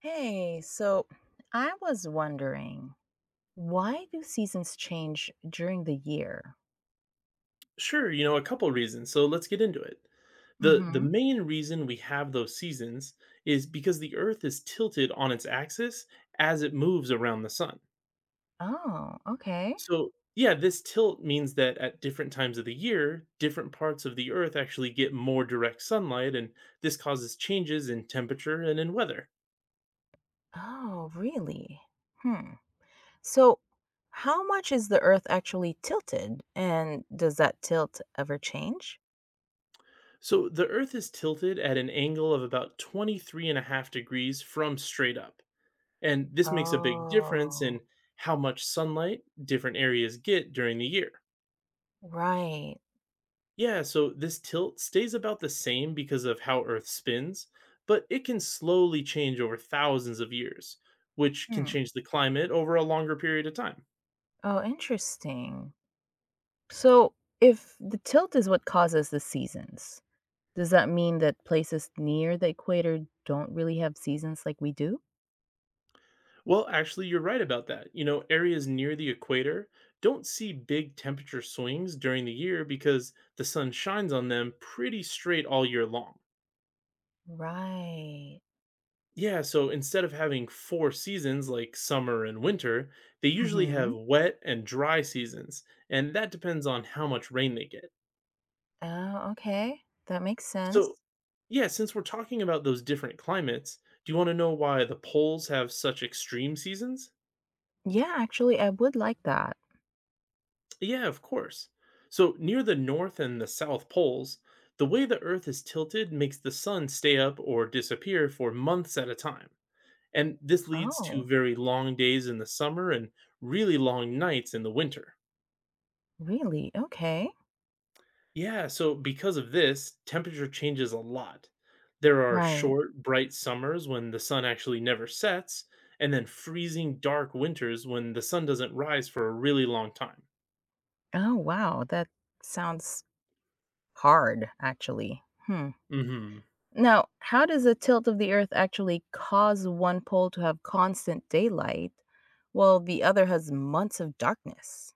Hey, so I was wondering, why do seasons change during the year? Sure, you know, a couple reasons. So let's get into it. The Mm-hmm. main reason we have those seasons is because the earth is tilted on its axis as it moves around the sun. Oh, okay. So, yeah, this tilt means that at different times of the year, different parts of the earth actually get more direct sunlight, and this causes changes in temperature and in weather. Oh, really? Hmm. So, how much is the Earth actually tilted? And does that tilt ever change? So, the earth is tilted at an angle of about 23 and a half degrees from straight up. And this makes a big difference in Oh, how much sunlight different areas get during the year. right. Yeah, so this tilt stays about the same because of how Earth spins, but it can slowly change over thousands of years, which can Hmm. change the climate over a longer period of time. Oh, interesting. So, if the tilt is what causes the seasons, does that mean that places near the equator don't really have seasons like we do? Well, actually, you're right about that. You know, areas near the equator don't see big temperature swings during the year because the sun shines on them pretty straight all year long. Right. Yeah, so instead of having four seasons like summer and winter, they usually have Mhm. wet and dry seasons, and that depends on how much rain they get. Oh, okay. That makes So, sense. yeah, since we're talking about those different climates, do you want to know why the poles have such extreme seasons? Yeah, actually, I would like that. Yeah, of course. So, near the north and the south poles, the way the earth is tilted makes the sun stay up or disappear for months at a time. And this leads to Oh, very long days in the summer and really long nights in the winter. really? Okay. Yeah, so because of this, temperature changes a lot. There are Right. short, bright summers when the sun actually never sets, and then freezing, dark winters when the sun doesn't rise for a really long time. Oh, wow. That sounds hard, actually. Hmm. Hmm. Now, how does the tilt of the Earth actually cause one pole to have constant daylight while the other has months of darkness?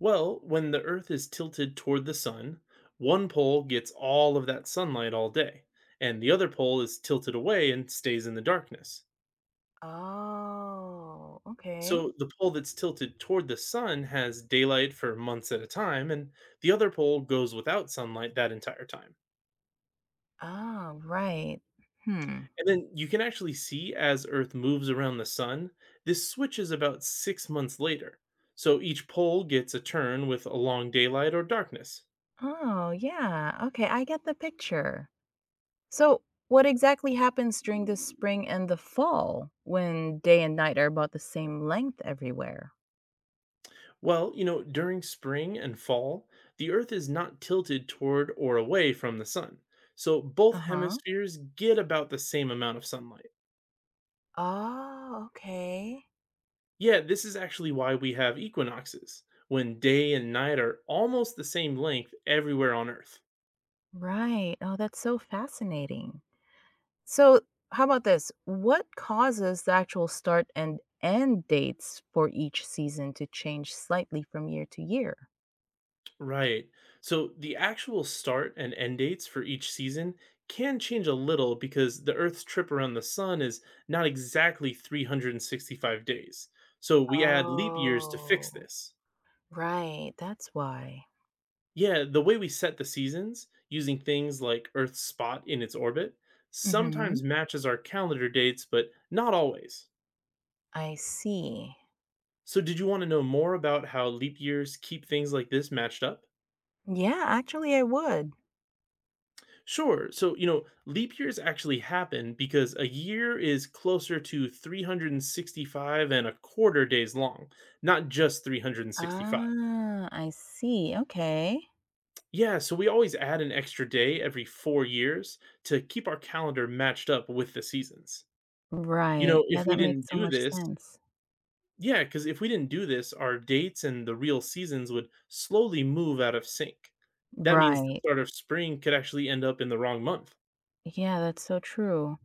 Well, when the Earth is tilted toward the sun, one pole gets all of that sunlight all day, and the other pole is tilted away and stays in the darkness. Oh, okay. So the pole that's tilted toward the sun has daylight for months at a time, and the other pole goes without sunlight that entire time. Oh, right. Hmm. And then you can actually see, as Earth moves around the sun, this switches about 6 months later. So each pole gets a turn with a long daylight or darkness. Oh, yeah. Okay, I get the picture. So, what exactly happens during the spring and the fall when day and night are about the same length everywhere? Well, you know, during spring and fall, the Earth is not tilted toward or away from the sun. So Uh both huh. hemispheres get about the same amount of sunlight. Oh, okay. Yeah, this is actually why we have equinoxes, when day and night are almost the same length everywhere on Earth. Right. Oh, that's so fascinating. So, how about this? What causes the actual start and end dates for each season to change slightly from year to year? Right. So the actual start and end dates for each season can change a little because the Earth's trip around the sun is not exactly 365 days. So we add leap years to fix Oh, this. right. That's why. Yeah, the way we set the seasons, using things like Earth's spot in its orbit, sometimes Mhm. matches our calendar dates, but not always. I see. So, did you want to know more about how leap years keep things like this matched up? Yeah, actually, I would. Sure. So, you know, leap years actually happen because a year is closer to 365 and a quarter days long, not just 365. Ah, I see. Okay. Yeah, so we always add an extra day every 4 years to keep our calendar matched up with the seasons. You Right. know, Yeah, if we that didn't makes so do much this, sense. yeah, because if we didn't do this, our dates and the real seasons would slowly move out of sync. That means the Right. start of spring could actually end up in the wrong month. Yeah, that's so true.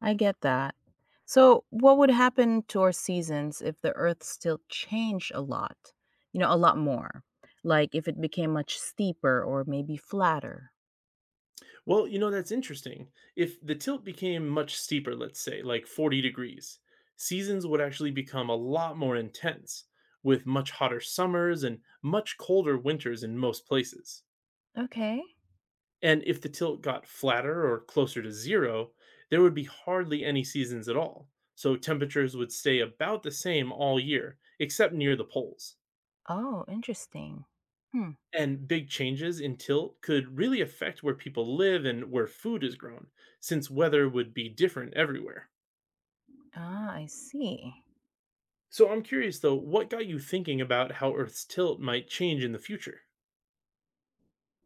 I get that. So, what would happen to our seasons if the earth still changed a lot? You know, a lot more. Like if it became much steeper or maybe flatter. Well, you know, that's interesting. If the tilt became much steeper, let's say, like 40 degrees, seasons would actually become a lot more intense, with much hotter summers and much colder winters in most places. Okay. And if the tilt got flatter or closer to zero, there would be hardly any seasons at all. So temperatures would stay about the same all year, except near the poles. Oh, interesting. Hmm. And big changes in tilt could really affect where people live and where food is grown, since weather would be different everywhere. Ah, I see. So I'm curious though, what got you thinking about how Earth's tilt might change in the future?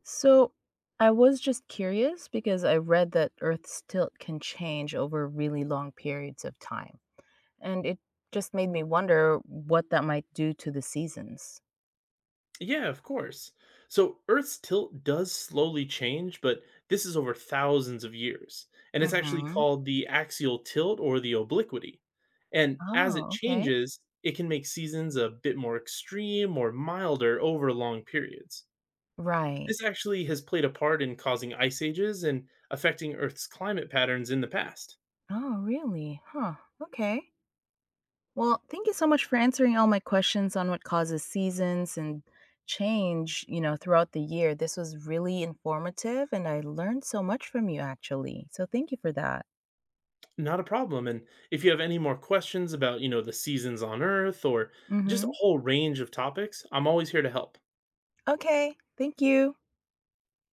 So I was just curious because I read that Earth's tilt can change over really long periods of time. And it just made me wonder what that might do to the seasons. Yeah, of course. So Earth's tilt does slowly change, but this is over thousands of years. And it's actually Hmm. called the axial tilt or the obliquity. And as it Oh, okay. changes, it can make seasons a bit more extreme or milder over long periods. Right. This actually has played a part in causing ice ages and affecting Earth's climate patterns in the past. Oh, really? Huh. Okay. Well, thank you so much for answering all my questions on what causes seasons and change, throughout the year. This was really informative and I learned so much from you actually. So thank you for that. Not a problem. And if you have any more questions about, you know, the seasons on Earth or just a Mhm. whole range of topics, I'm always here to help. Okay. Thank you.